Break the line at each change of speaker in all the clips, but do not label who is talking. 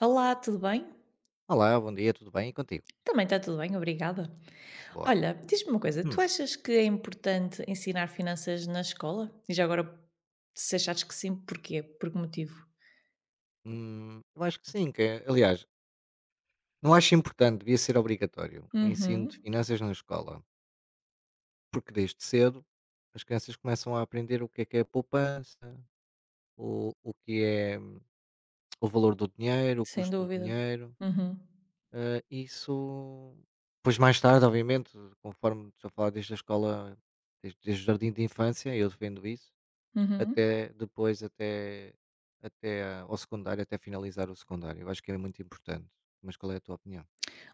Olá, tudo bem?
Olá, bom dia, tudo bem? E contigo?
Também está tudo bem, obrigada.
Boa.
Olha, diz-me uma coisa, tu
Hum.
achas que é importante ensinar finanças na escola? E já agora, se achares que sim, porquê? Por que motivo?
Eu acho que sim, aliás, não acho importante, devia ser obrigatório o ensino de
Uhum,
finanças na escola, porque desde cedo as crianças começam a aprender o que é poupança, o que é, o valor do dinheiro, o
sem
custo do
dúvida.
dinheiro.
Uhum,
Isso pois mais tarde, obviamente, conforme estou a falar desde a escola, desde o jardim de infância, eu defendo isso.
uhum.
Até depois, até a ao secundário, até finalizar o secundário. Eu acho que é muito importante. Mas qual é a tua opinião?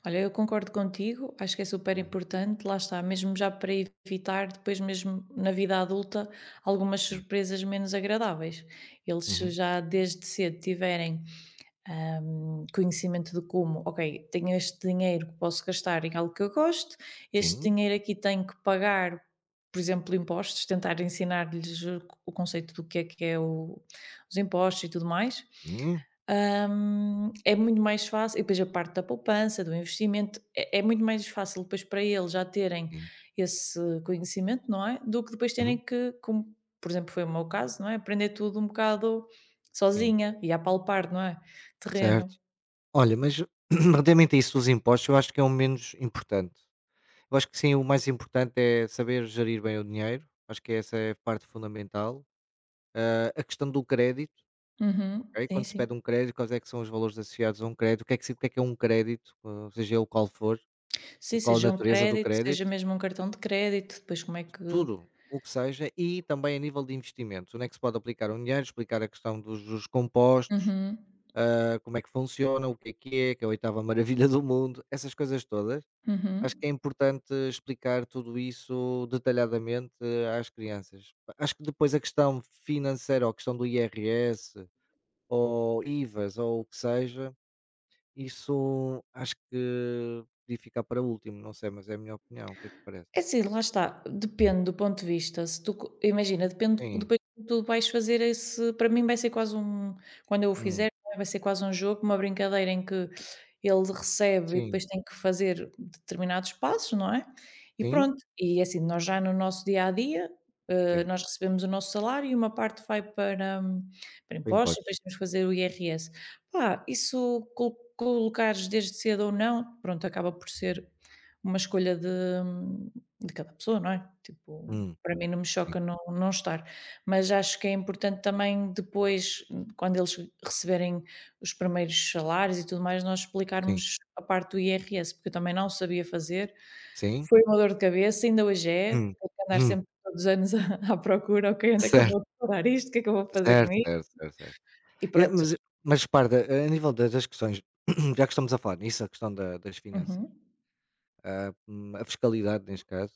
Olha, eu concordo contigo, acho que é super
Hum,
importante, lá está, mesmo já para evitar depois mesmo na vida adulta algumas
sim.
surpresas menos agradáveis. Eles se
Uhum.
já desde cedo tiverem conhecimento de como, ok, tenho este dinheiro que posso gastar em algo que eu gosto, este
Sim,
dinheiro aqui tenho que pagar, por exemplo, impostos, tentar ensinar-lhes o conceito do que é os impostos e tudo mais.
sim,
É muito mais fácil, e depois a parte da poupança, do investimento, é muito mais fácil depois para eles já terem
sim.
esse conhecimento, não é? Do que depois terem
Uhum.
que, como, por exemplo, foi o meu caso, não é? Aprender tudo um bocado
Sim,
sozinha e a palpar, não é? Terreno.
certo. Olha, mas relativamente a isso dos impostos, eu acho que é o menos importante. Eu acho que sim, o mais importante é saber gerir bem o dinheiro. Acho que essa é a parte fundamental. A questão do crédito,
Uhum.
ok?
Sim,
Quando se
sim.
pede um crédito, quais é que são os valores associados a um crédito? O que é que, se- O que é que é um crédito, seja ele qual for,
Sim,
qual a
seja um
natureza do
crédito, seja
crédito?
mesmo um cartão de crédito, depois como é que.
Tudo, o que seja, e também a nível de investimentos, onde é que se pode aplicar o dinheiro, explicar a questão dos juros compostos,
Uhum,
como é que funciona, o que é que é, que é a oitava maravilha do mundo, essas coisas todas. Acho que
uhum.
é importante explicar tudo isso detalhadamente, às crianças. Acho que depois a questão financeira, ou a questão do IRS, ou IVAs, ou o que seja, isso acho que podia ficar para último, não sei, mas é a minha opinião. O que é que te parece?
É assim, lá está, depende do ponto de vista, se tu co imagina, depende
Sim,
depois como tu vais fazer esse para mim vai ser quase um quando eu o
hum,
fizer, vai ser quase um jogo, uma brincadeira em que ele recebe e
sim,
depois tem que fazer determinados passos, não é, e
sim,
pronto. E é assim, nós já no nosso dia a dia,
sim.
nós recebemos o nosso salário e uma parte vai para para
Em
impostos e depois
impostos.
temos que fazer o IRS. Pá, isso colocares desde cedo ou não, pronto, acaba por ser uma escolha de cada pessoa, não é? Tipo,
Hum,
para mim não me
sim,
choca não estar, mas acho que é importante também depois, quando eles receberem os primeiros salários e tudo mais, nós
sim,
explicarmos a parte do IRS, porque eu também não sabia fazer,
sim.
foi uma dor de cabeça, ainda hoje é, tenho
Hum,
que andar
hum.
sempre todos os anos à procura, ok, onde é que eu vou
Certo,
declarar isto, o que é que eu vou fazer com
certo,
isto?
certo, certo, certo.
E
E,
pronto.
mas repara, a nível da das questões, já que estamos a falar nisso, a questão da das
Uhum,
finanças, a fiscalidade neste caso.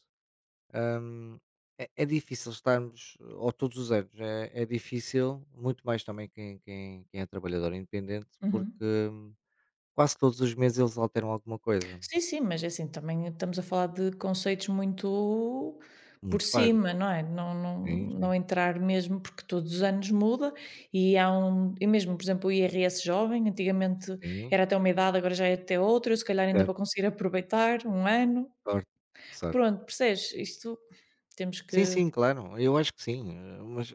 hum, É difícil estarmos, ou todos os anos, é difícil, muito mais também quem quem é trabalhador independente, porque
uhum.
hum, quase todos os meses eles alteram alguma coisa,
Sim, sim, mas é assim, também estamos a falar de conceitos muito por
muito vagos.
cima, não é? Não, não,
Sim, sim,
não entrar mesmo, porque todos os anos muda e há um. E mesmo, por exemplo, o IRS jovem, antigamente
sim,
era até uma idade, agora já é até outra, eu se calhar ainda vou
certo,
conseguir aproveitar um ano.
sorte, que sorte.
Pronto, percebes? Isto temos
Sim,
que.
sim, claro, eu acho que sim, mas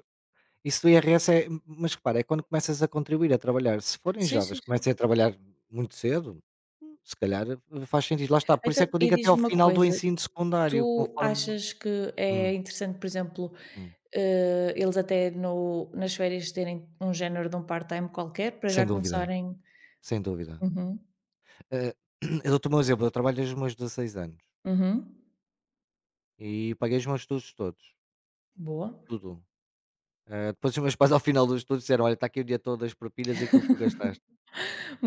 isso do IRS é, mas repara, é quando começas a contribuir, a trabalhar. Se forem
Sim, sim,
jovens,
sim.
comecem a trabalhar muito cedo, se calhar, faz sentido, lá está, por isso
Então,
é que eu
e
digo até ao
diz-me uma
final do
coisa,
ensino secundário,
tu
conforme
achas que é
hum,
interessante, por exemplo,
hum,
eles até no nas férias terem um género de um part-time qualquer para já
sem dúvida,
começarem.
sem dúvida.
Uhum,
Eh, eu dou-te o meu exemplo, eu trabalho desde os meus 16 anos
uhum,
e paguei os meus estudos todos,
boa.
tudo. Depois os meus pais ao final dos estudos disseram: "Olha, está aqui o dia todo as propinas e aquilo que tu gastaste".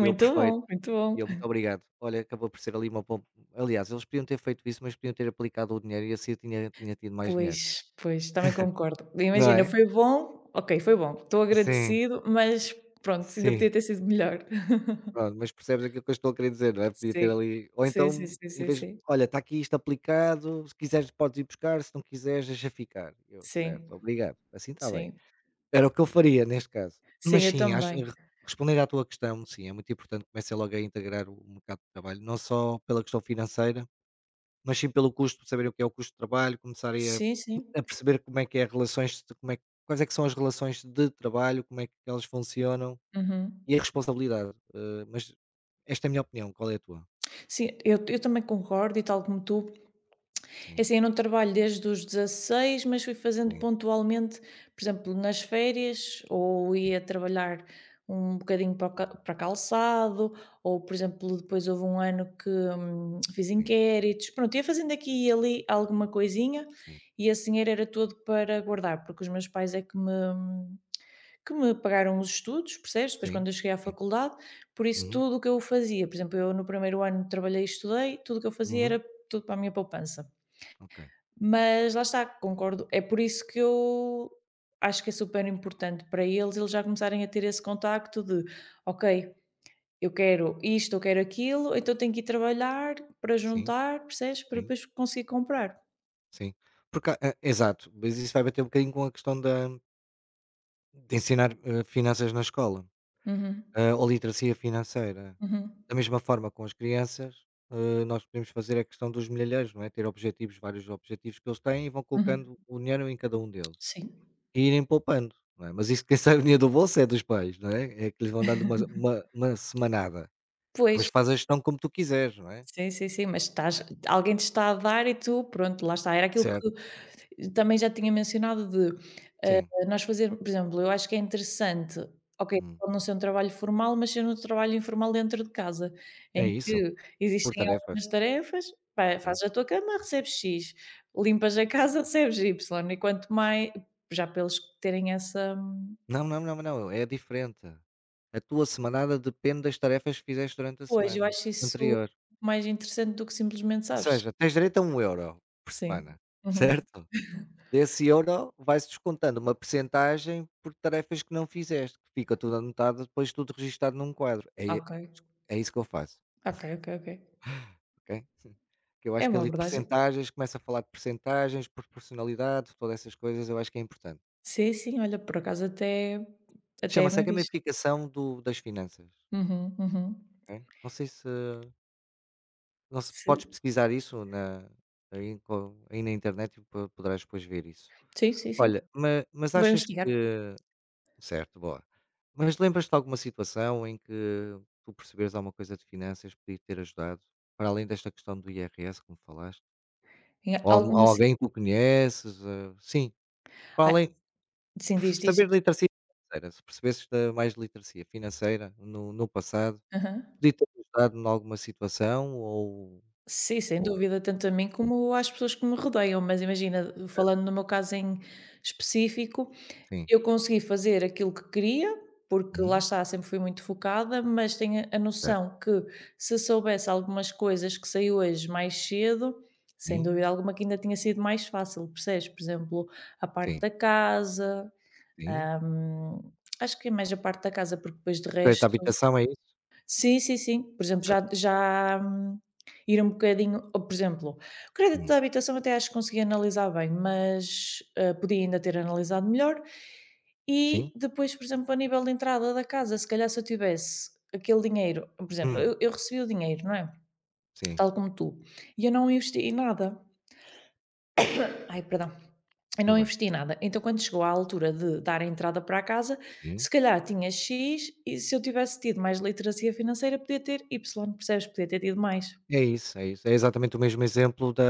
Eu: "Perfeito".
bom, muito
E
bom.
eu, muito obrigado. Olha, acabou por ser ali uma bom aliás, eles podiam ter feito isso, mas podiam ter aplicado o dinheiro e assim eu tinha tido mais dinheiro,
Pois, pois, também concordo.
não
Imagina,
é?
foi bom, ok, foi bom. Estou
Sim,
agradecido, mas pronto, ainda podia
sim.
ter sido melhor.
Pronto, mas percebes aquilo que eu estou a querer dizer, não é? Podia ter
Sim,
ali, ou
sim, sim,
então,
sim,
em
sim,
vez de:
sim.
"Olha, está aqui isto aplicado, se quiseres podes ir buscar, se não quiseres deixa ficar". Eu:
Sim,
"Certo, obrigado, assim está bem".
sim.
Era o que eu faria neste caso. Mas
Sim, eu
sim, acho
também.
re responder à tua questão, sim, é muito importante comecem logo a integrar o mercado de trabalho, não só pela questão financeira mas sim pelo custo, saber o que é o custo de trabalho, começarem a
Sim, sim.
a perceber como é que é as relações de como é que- quais é que são as relações de trabalho, como é que elas funcionam,
Uhum.
e a responsabilidade. Mas esta é a minha opinião, qual é a tua?
Sim, eu também concordo e tal como tu. É
Sim,
assim, eu não trabalho desde os 16 mas fui fazendo
sim,
pontualmente, por exemplo, nas férias, ou
sim,
ia trabalhar um bocadinho para calçado, ou, por exemplo, depois houve um ano que fiz
sim,
inquéritos. Pronto, ia fazendo aqui e ali alguma coisinha,
sim,
e esse dinheiro era todo para guardar, porque os meus pais é que me pagaram os estudos, percebes? Depois
sim,
quando eu cheguei à
sim.
faculdade, por isso
Uhum,
tudo o que eu fazia, por exemplo, eu no primeiro ano trabalhei e estudei, tudo o que eu fazia
uhum,
era tudo para a minha poupança.
ok.
Mas lá está, concordo, é por isso que eu acho que é super importante para eles, eles já começarem a ter esse contacto de, ok, eu quero isto, eu quero aquilo, então tenho que ir trabalhar para
Sim,
juntar, percebes? Para
sim,
depois conseguir comprar.
sim. Porque há, exato, mas isso vai bater um bocadinho com a questão da de ensinar, finanças na escola.
Uhum,
Ou literacia financeira.
uhum,
Da mesma forma com as crianças, nós podemos fazer a questão dos milhalheiros, não é? Ter objetivos, vários objetivos que eles têm, e vão
uhum.
colocando o dinheiro em cada um deles
Sim,
e irem poupando, não é? Mas isso quem sai o dinheiro do bolso é dos pais, não é? É que lhes vão dando uma semanada. E depois
pois.
faz a gestão como tu quiseres, não é?
Sim, sim, sim, mas estás alguém te está a dar e tu, pronto, lá está. Era aquilo
Certo,
que também já tinha mencionado de
sim.
nós fazer, por exemplo, eu acho que é interessante, ok,
Hum.
pode não ser um trabalho formal, mas ser um trabalho informal dentro de casa,
É
em
isso?
que
Por
existem
tarefas,
algumas tarefas, pá,
sim.
fazes a tua cama, recebes X, limpas a casa, recebes Y, e quanto mais, já pelos que terem essa.
Não, não, não, não, é diferente. A tua semanada depende das tarefas que fizeste durante a
Pois, eu
semana
acho isso
anterior.
mais interessante do que simplesmente
Ou
sabes.
seja, tens direito a um euro por
Sim.
semana,
Uhum.
certo? Desse euro vai-se descontando uma percentagem por tarefas que não fizeste, que fica tudo anotado, depois tudo registado num quadro. É, e
Ok.
é isso que eu faço,
Ok, ok, ok.
ok? Que eu
É
acho que
uma
ali
abordagem
percentagens, começa a falar de percentagens, proporcionalidade, todas essas coisas, eu acho que é importante.
sim, sim, olha, por acaso até é
Chama-se a
bem visto.
gamificação do das finanças,
Uhum, uhum.
ok? Não se
Se
podes pesquisar isso na aí com aí na internet, e po poderás depois ver isso.
Sim, sim, sim.
Olha, ma mas
Vou
achas
investigar.
que... Certo, boa. Mas lembras-te de alguma situação em que tu perceberes alguma coisa de finanças que podia ter ajudado? Para além desta questão do IRS, como falaste?
Em
Ou
alguma ci
alguém que tu conheces? Sim, para
ai,
além
sim, diz, diz, diz.
saber de literacia financeira, se percebesses da mais de literacia financeira no passado,
Aham.
podia ter ajudado em alguma situação, ou,
Sim, sem
ou
dúvida, tanto a mim como às pessoas que me rodeiam, mas imagina, falando no meu caso em específico,
sim.
eu consegui fazer aquilo que queria, porque lá
Uhum,
está, sempre fui muito focada, mas tenho a
certo.
noção que se soubesse algumas coisas que sei hoje mais cedo, sem
Sim,
dúvida alguma que ainda tinha sido mais fácil, percebes? Por exemplo, a parte
sim,
da casa,
sim.
hum, acho que é mais a parte da casa, porque depois de
O crédito à
resto.
habitação é isso?
Sim, sim, sim. Por exemplo,
Certo.
já já, ir um bocadinho ou, por exemplo, o crédito
Hum.
da habitação até acho que consegui analisar bem, mas, podia ainda ter analisado melhor.
Sim.
E depois, por exemplo, a nível de entrada da casa, se calhar se eu tivesse aquele dinheiro por exemplo,
Hum.
eu recebi o dinheiro, não é?
Sim,
Tal como tu, e eu não investi em nada. Ai, perdão. Eu não
tudo bem.
investi nada. Então, quando chegou à altura de dar a entrada para a casa,
Sim.
se calhar tinha X e se eu tivesse tido mais literacia financeira, podia ter Y, percebes? Podia ter tido mais.
É isso, é isso. É exatamente o mesmo exemplo da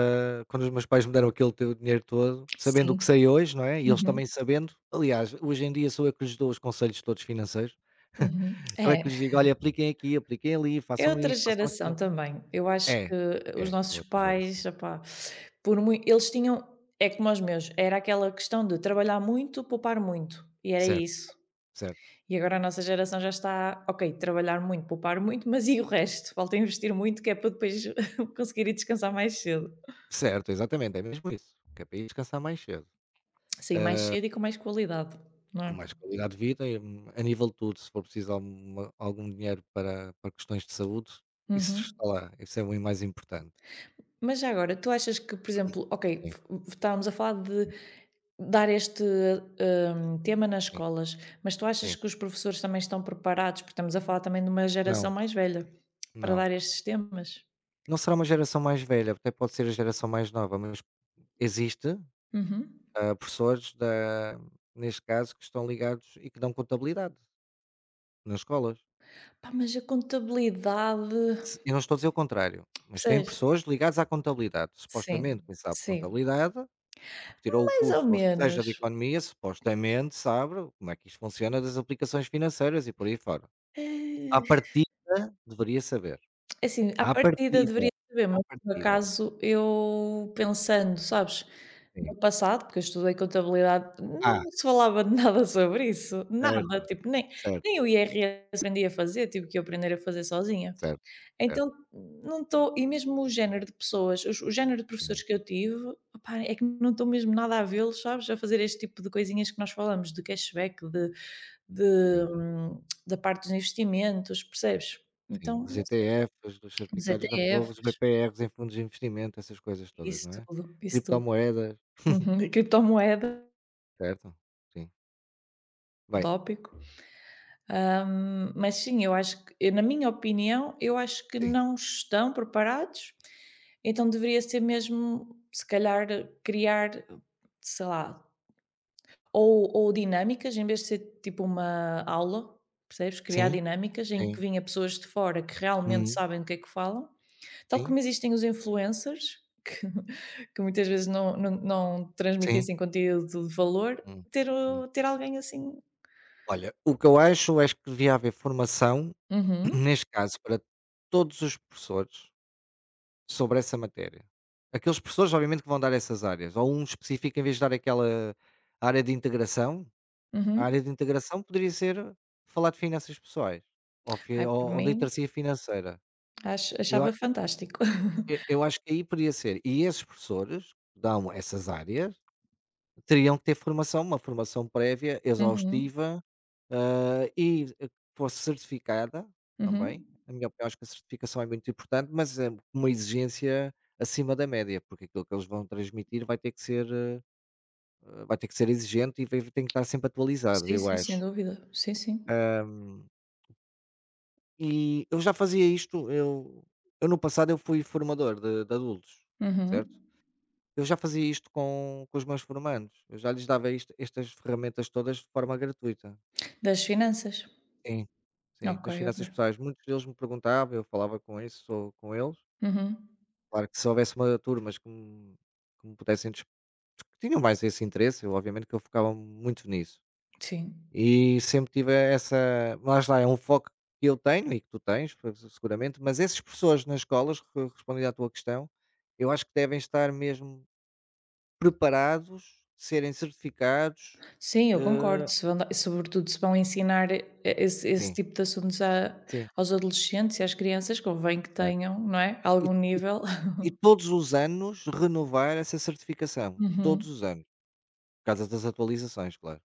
quando os meus pais me deram aquele teu dinheiro todo, sabendo o que
Sim.
sei hoje, não é? E eles
Uhum,
também sabendo. Aliás, hoje em dia sou eu que lhes dou os conselhos todos financeiros.
uhum.
Eu é
É,
que lhes digo: olha, apliquem aqui, apliquem ali,
é
façam
outra
isto, façam
geração
aquilo.
também. Eu acho
É,
que os
é, é
nossos
outra geração.
pais, opá, por muito eles tinham é como os meus, era aquela questão de trabalhar muito, poupar muito, e era
Certo,
isso.
certo,
E agora a nossa geração já está, ok, trabalhar muito, poupar muito, mas e o resto? Falta investir muito, que é para depois conseguir ir descansar mais cedo.
certo, exatamente, é mesmo isso. Que é para ir descansar mais cedo.
Sair mais
Ah,
cedo e com mais qualidade, não
com
é?
mais qualidade de vida, e, a nível de tudo, se for preciso algum dinheiro para, questões de saúde, isso
Uhum.
está lá, isso é o mais importante.
Mas já agora, tu achas que, por exemplo, ok,
Sim,
estávamos a falar de
sim,
dar este tema nas
sim.
escolas, mas tu achas
Sim.
que os professores também estão preparados, porque estamos a falar também de uma geração
Não,
mais velha, para
não.
dar estes temas?
Não será uma geração mais velha, até pode ser a geração mais nova, mas existe,
Uhum.
professores da neste caso, que estão ligados e que dão contabilidade nas escolas.
Pá, mas a contabilidade,
Se eu não estou a dizer o contrário, mas tem
percebes?
pessoas ligadas à contabilidade.
Sim,
Supostamente quem sabe de
sim.
contabilidade, porque tirou o
Mais ou
curso ou seja de
menos.
economia, supostamente sabe como é que isto funciona das aplicações financeiras e por aí fora. À
Eh,
partida, deveria saber.
assim, à
À
partida
partida,
deveria saber,
à
mas por
partida,
acaso eu pensando, sabes, no
sim.
passado, porque eu estudei contabilidade,
Ah,
não se falava de nada sobre isso, nada,
certo,
tipo, nem
certo.
o IRS aprendi a fazer, tive que aprender a fazer sozinha.
Certo, certo.
Então, não estou e mesmo o género de pessoas, os o género de professores
Sim,
que eu tive, opá, é que não estou mesmo nada a vê-los, sabes, a fazer este tipo de coisinhas que nós falamos, de cashback, de,
sim,
da parte dos investimentos, percebes?
sim.
Então,
Dos
não sei,
ETFs, dos
dos
certificados de aforro, dos
ETFs,
BPRs em fundos de investimento, essas coisas todas,
isso
não é?
tudo, isso tudo.
Criptomoedas,
Uhum, e criptomoeda,
certo? Sim. Bem,
tópico. Mas sim, eu acho que, na minha opinião, eu acho que
sim.
não estão preparados, então deveria ser mesmo, se calhar, criar, sei lá, ou dinâmicas, em vez de ser tipo uma aula, percebes? Criar
Sim,
dinâmicas em que
sim.
vinha pessoas de fora que realmente
Uhum.
sabem do que é que falam, tal
Sim,
como existem os influencers, que, que muitas vezes não
sim.
transmitissem conteúdo de valor,
Hum, hum.
ter alguém assim.
Olha, o que eu acho é que devia haver formação,
Uhum,
neste caso, para todos os professores sobre essa matéria. Aqueles professores, obviamente, que vão dar essas áreas, ou um específico, em vez de dar aquela área de integração. A
uhum.
área de integração poderia ser falar de finanças pessoais, ou fi
Ai, por
ou
mim,
literacia financeira. Eu
Achava
a
fantástico.
E eu acho que aí poderia ser. E esses professores que dão essas áreas teriam que ter formação, uma formação prévia,
Uhum,
exaustiva, e, que fosse certificada
uhum.
também. Na minha opinião, acho que a certificação é muito importante, mas é uma exigência acima da média, porque aquilo que eles vão transmitir vai ter que ser, vai ter que ser exigente e vai tem que estar sempre atualizado,
Sim,
eu
sim, sem
acho.
dúvida. Sim, sim.
E eu já fazia isto. Eu No passado eu fui formador de adultos, certo?
Uhum.
Eu já fazia isto com os meus formandos, eu já lhes dava isto, estas ferramentas todas de forma gratuita.
Das finanças.
Sim, sim,
Ok,
das
ok.
finanças pessoais. Muitos deles me perguntavam, eu falava com isso ou com eles.
Uhum.
Claro que se houvesse uma turmas que me pudessem dis que tinham mais esse interesse, eu obviamente que eu focava muito nisso.
Sim.
E sempre tive essa lá está, é um foco que eu tenho e que tu tens, p seguramente. Mas essas pessoas nas escolas, re respondendo à tua questão, eu acho que devem estar mesmo preparados, serem certificados,
Sim, eu concordo.
hã,
Se vão da Sobretudo se vão ensinar e esse
sim,
tipo de assuntos a
sim,
aos adolescentes e às crianças, convém que
certo.
tenham, não é,
E
algum
e
nível.
e todos os anos renovar essa certificação, todos os anos, por causa das atualizações, claro.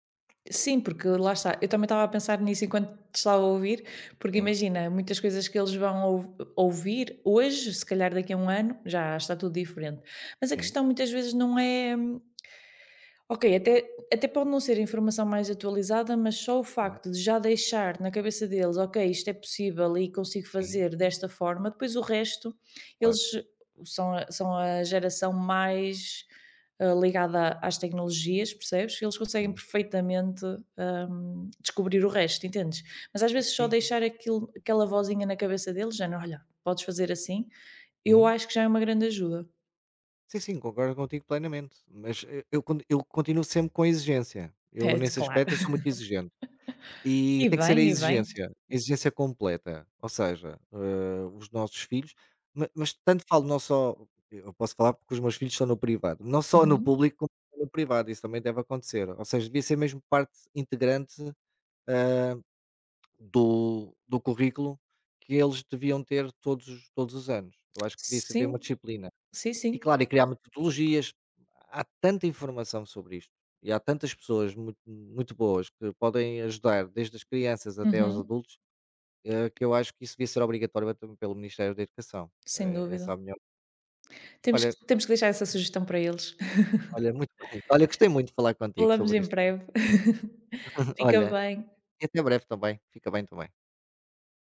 Sim, porque lá está, eu também estava a pensar nisso enquanto te estava a ouvir, porque
Sim,
imagina, muitas coisas que eles vão ouvir hoje, se calhar daqui a um ano, já está tudo diferente. Mas a
sim,
questão muitas vezes não é. Ok, até pode não ser a informação mais atualizada, mas só o
sim,
facto de já deixar na cabeça deles, ok, isto é possível e consigo
sim,
fazer desta forma, depois o resto, eles
claro,
são a geração mais ligada às tecnologias, percebes? Eles conseguem
sim,
perfeitamente descobrir o resto, entendes? Mas às vezes só
sim, sim.
deixar aquilo, aquela vozinha na cabeça deles, já não, olha, podes fazer assim, eu
Uhum.
acho que já é uma grande ajuda.
Sim, sim, concordo contigo plenamente, mas eu continuo sempre com a exigência. Eu
É,
nesse
claro.
aspecto eu sou muito exigente, e
E
tem que ser
bem, e bem.
a exigência completa, ou seja, os nossos filhos, ma mas tanto falo, não só eu posso falar porque os meus filhos estão no privado, não só no
Uhum.
público como no privado, isso também deve acontecer, ou seja, devia ser mesmo parte integrante, eh, do currículo que eles deviam ter todos os anos. Eu acho que devia haver
Sim,
uma disciplina.
sim,
E
sim.
claro, e criar metodologias. Há tanta informação sobre isto, e há tantas pessoas muito, muito boas que podem ajudar, desde as crianças até aos
Uhum.
adultos. Que eu acho que isso devia ser obrigatório também pelo Ministério da Educação.
Sem dúvida.
Essa é a minha...
Temos
Olha,
que temos que deixar essa sugestão para eles.
muito bem. Olha, gostei muito de falar contigo
Falamos
sobre
em
isto.
breve. Fica
Olha,
bem.
e até breve também. Fica bem também.